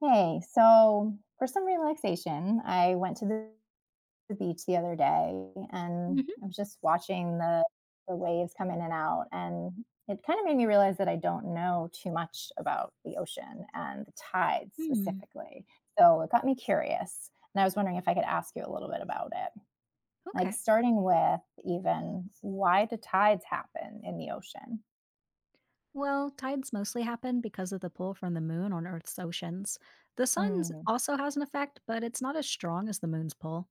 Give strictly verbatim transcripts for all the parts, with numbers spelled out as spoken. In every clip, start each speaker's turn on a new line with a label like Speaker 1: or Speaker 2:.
Speaker 1: Hey, so for some relaxation, I went to the the beach the other day and
Speaker 2: Mhm.
Speaker 1: I was just watching the the waves come in and out, and it kind of made me realize that I don't know too much about the ocean and the tides
Speaker 2: Mm.
Speaker 1: specifically. So it got me curious. And I was wondering if I could ask you a little bit about it. Like
Speaker 2: Okay.
Speaker 1: starting with even, why do tides happen in the ocean?
Speaker 2: Well, tides mostly happen because of the pull from the moon on Earth's oceans. The sun's
Speaker 1: Hmm.
Speaker 2: also has an effect, but it's not as strong as the moon's pull.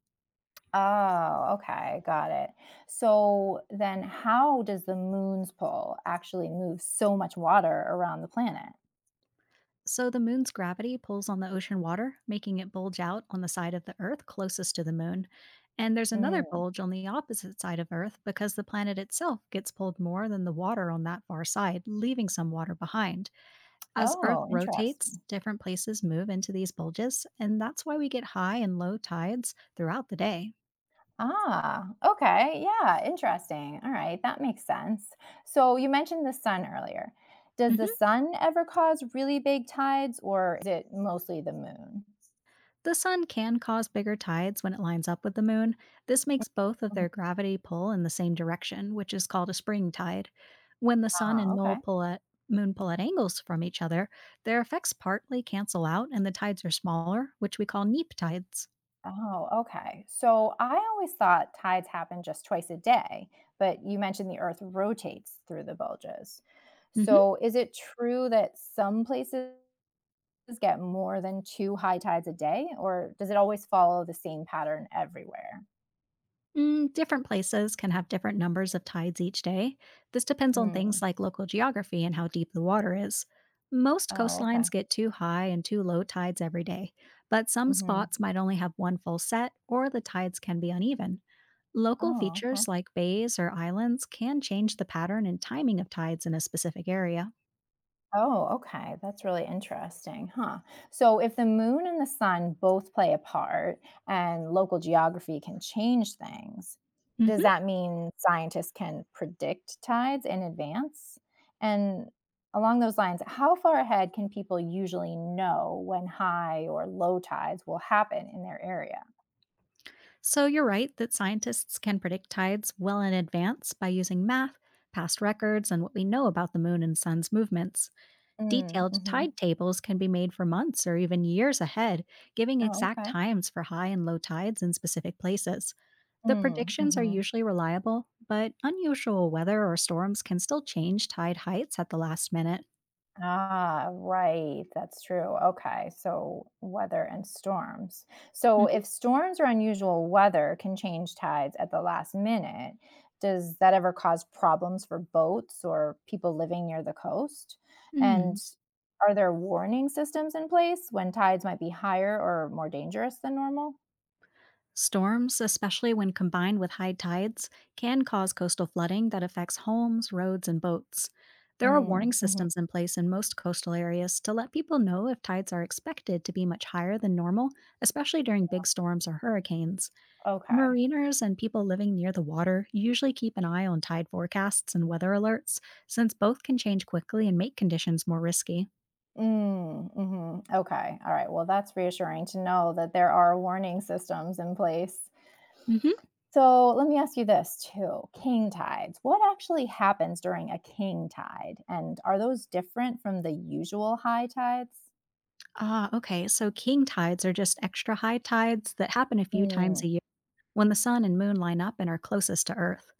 Speaker 1: Oh, okay, got it. So then how does the moon's pull actually move so much water around the planet?
Speaker 2: So the moon's gravity pulls on the ocean water, making it bulge out on the side of the Earth closest to the moon. And there's another
Speaker 1: Mm.
Speaker 2: bulge on the opposite side of Earth because the planet itself gets pulled more than the water on that far side, leaving some water behind. As Earth
Speaker 1: Oh,
Speaker 2: rotates,
Speaker 1: interesting.
Speaker 2: different places move into these bulges, and that's why we get high and low tides throughout the day.
Speaker 1: Ah, okay. Yeah, interesting. All right, that makes sense. So you mentioned the sun earlier. Does the
Speaker 2: hmm
Speaker 1: sun ever cause really big tides, or is it mostly the moon?
Speaker 2: The sun can cause bigger tides when it lines up with the moon. This makes both of
Speaker 1: Mhm.
Speaker 2: their gravity pull in the same direction, which is called a spring tide. When the sun
Speaker 1: Ah,
Speaker 2: and mole
Speaker 1: okay.
Speaker 2: pull at, moon pull at angles from each other, their effects partly cancel out and the tides are smaller, which we call neap tides.
Speaker 1: Oh, okay. So I always thought tides happen just twice a day, but you mentioned the Earth rotates through the bulges.
Speaker 2: hmm
Speaker 1: So is it true that some places get more than two high tides a day, or does it always follow the same pattern everywhere?
Speaker 2: Mm, different places can have different numbers of tides each day. This depends on things
Speaker 1: Mm.
Speaker 2: like local geography and how deep the water is. Most
Speaker 1: Oh, okay.
Speaker 2: coastlines get too high and too low tides every day, but some
Speaker 1: Hmm.
Speaker 2: spots might only have one full set or the tides can be uneven. Local
Speaker 1: Oh, okay.
Speaker 2: features like bays or islands can change the pattern and timing of tides in a specific area.
Speaker 1: Oh, okay. That's really interesting, huh? So, if the moon and the sun both play a part and local geography can change things, does
Speaker 2: Mhm.
Speaker 1: that mean scientists can predict tides in advance? And along those lines, how far ahead can people usually know when high or low tides will happen in their area?
Speaker 2: So you're right that scientists can predict tides well in advance by using math, past records, and what we know about the moon and sun's movements.
Speaker 1: Mm,
Speaker 2: Detailed
Speaker 1: hmm
Speaker 2: tide tables can be made for months or even years ahead, giving
Speaker 1: Oh,
Speaker 2: exact
Speaker 1: okay.
Speaker 2: times for high and low tides in specific places. The
Speaker 1: Mm,
Speaker 2: predictions are
Speaker 1: hmm
Speaker 2: usually reliable, but unusual weather or storms can still change tide heights at the last minute.
Speaker 1: Ah, right. That's true. Okay. So, weather and storms. So,
Speaker 2: Mhm.
Speaker 1: if storms or unusual weather can change tides at the last minute, does that ever cause problems for boats or people living near the coast? And
Speaker 2: Mm.
Speaker 1: are there warning systems in place when tides might be higher or more dangerous than normal?
Speaker 2: Storms, especially when combined with high tides, can cause coastal flooding that affects homes, roads, and boats. There are
Speaker 1: Hmm.
Speaker 2: warning
Speaker 1: Mm-hmm.
Speaker 2: systems in place in most coastal areas to let people know if tides are expected to be much higher than normal, especially during big storms or hurricanes.
Speaker 1: Okay.
Speaker 2: Mariners and people living near the water usually keep an eye on tide forecasts and weather alerts, since both can change quickly and make conditions more risky.
Speaker 1: Mm, mhm. Okay, all right, well, that's reassuring to know that there are warning systems in place.
Speaker 2: Mm-hmm.
Speaker 1: So let me ask you this too, king tides. What actually happens during a king tide, and are those different from the usual high tides?
Speaker 2: Ah, okay. So king tides are just extra high tides that happen a few times
Speaker 1: Mm,
Speaker 2: a. When the sun and moon line up and are closest to Earth,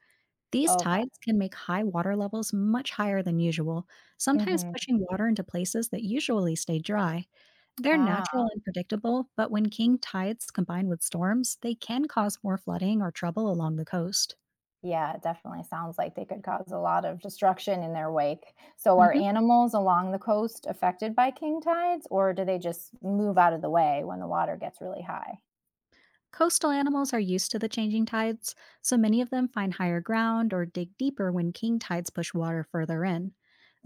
Speaker 2: these
Speaker 1: okay,
Speaker 2: tides can make high water levels much higher than usual, sometimes
Speaker 1: mhm.
Speaker 2: pushing water into places that usually stay dry. They're
Speaker 1: Ah,
Speaker 2: natural and predictable, but when king tides combine with storms, they can cause more flooding or trouble along the coast.
Speaker 1: yeah, it definitely sounds like they could cause a lot of destruction in their wake. So are animals along the coast affected by king tides, or do they just move out of the way when the water gets really high?
Speaker 2: Coastal animals are used to the changing tides, so many of them find higher ground or dig deeper when king tides push water further in.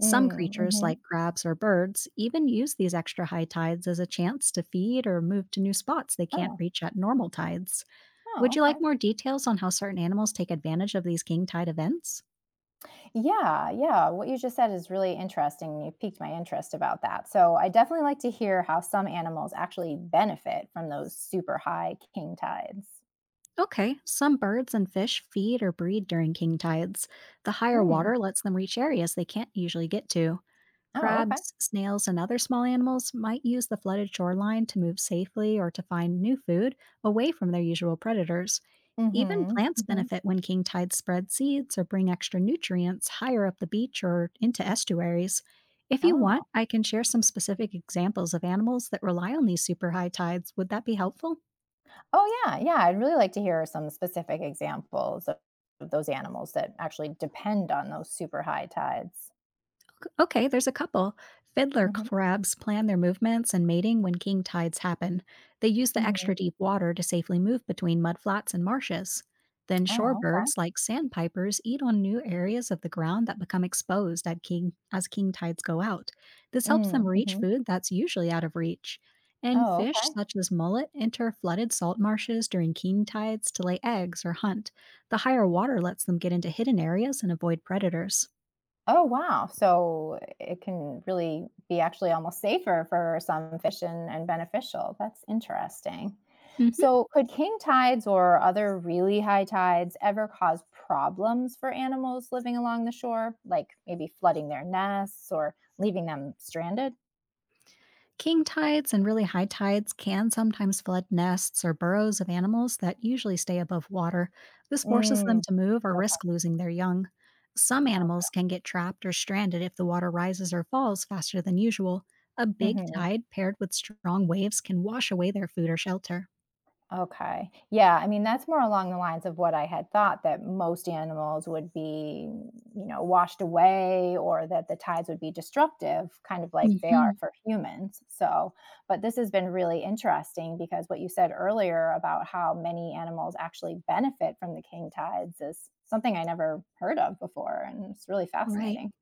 Speaker 2: Some creatures, like
Speaker 1: mhm.
Speaker 2: crabs or birds, even use these extra high tides as a chance to feed or move to new spots they can't
Speaker 1: Oh,
Speaker 2: reach at normal tides.
Speaker 1: oh,
Speaker 2: Would you
Speaker 1: okay.
Speaker 2: like more details on how certain animals take advantage of these king tide events?
Speaker 1: Yeah, yeah, what you just said is really interesting, you piqued my interest about that, so I definitely like to hear how some animals actually benefit from those super high king tides.
Speaker 2: Okay, some birds and fish feed or breed during king tides. The higher
Speaker 1: Mm.
Speaker 2: water lets them reach areas they can't usually get to.
Speaker 1: Oh, okay.
Speaker 2: Crabs, snails, and other small animals might use the flooded shoreline to move safely or to find new food away from their usual predators. Even
Speaker 1: Mhm,
Speaker 2: plants
Speaker 1: mhm.
Speaker 2: benefit when king tides spread seeds or bring extra nutrients higher up the beach or into estuaries. If you want,
Speaker 1: Oh.
Speaker 2: I can share some specific examples of animals that rely on these super high tides. Would that be helpful?
Speaker 1: Oh, yeah, yeah, I'd really like to hear some specific examples of of those animals that actually depend on those super high tides.
Speaker 2: Okay, there's a couple. Fiddler
Speaker 1: Mhm,
Speaker 2: crabs plan their movements and mating when king tides happen. They use the
Speaker 1: mhm.
Speaker 2: extra deep water to safely move between mudflats and marshes. Then
Speaker 1: Oh, okay.
Speaker 2: shorebirds like sandpipers eat on new areas of the ground that become exposed at king as king tides go out. This helps
Speaker 1: Mm,
Speaker 2: them reach
Speaker 1: mhm.
Speaker 2: food that's usually out of reach. And
Speaker 1: Oh,
Speaker 2: fish
Speaker 1: okay.
Speaker 2: such as mullet enter flooded salt marshes during king tides to lay eggs or hunt. The higher water lets them get into hidden areas and avoid predators.
Speaker 1: Oh, wow. So it can really be actually almost safer for some fish, and, and beneficial. That's interesting.
Speaker 2: Mm-hmm.
Speaker 1: So, could king tides or other really high tides ever cause problems for animals living along the shore, like maybe flooding their nests or leaving them stranded?
Speaker 2: King tides and really high tides can sometimes flood nests or burrows of animals that usually stay above water. This forces
Speaker 1: Mm,
Speaker 2: them to move or
Speaker 1: okay.
Speaker 2: risk losing their young. Some
Speaker 1: Okay.
Speaker 2: animals can get trapped or stranded if the water rises or falls faster than usual. A big
Speaker 1: Mhm.
Speaker 2: tide paired with strong waves can wash away their food or shelter.
Speaker 1: Okay. Yeah, I mean, that's more along the lines of what I had thought, that most animals would be, you know, washed away, or that the tides would be destructive, kind of like they are
Speaker 2: Hmm.
Speaker 1: for humans. So, but this has been really interesting, because what you said earlier about how many animals actually benefit from the king tides is something I never heard of before. And it's really
Speaker 2: Right.
Speaker 1: fascinating.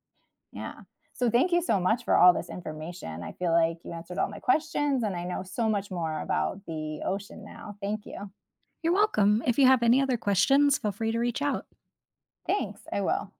Speaker 1: Yeah. So thank you so much for all this information. I feel like you answered all my questions and I know so much more about the ocean now. Thank you.
Speaker 2: You're welcome. If you have any other questions, feel free to reach out.
Speaker 1: Thanks. I will.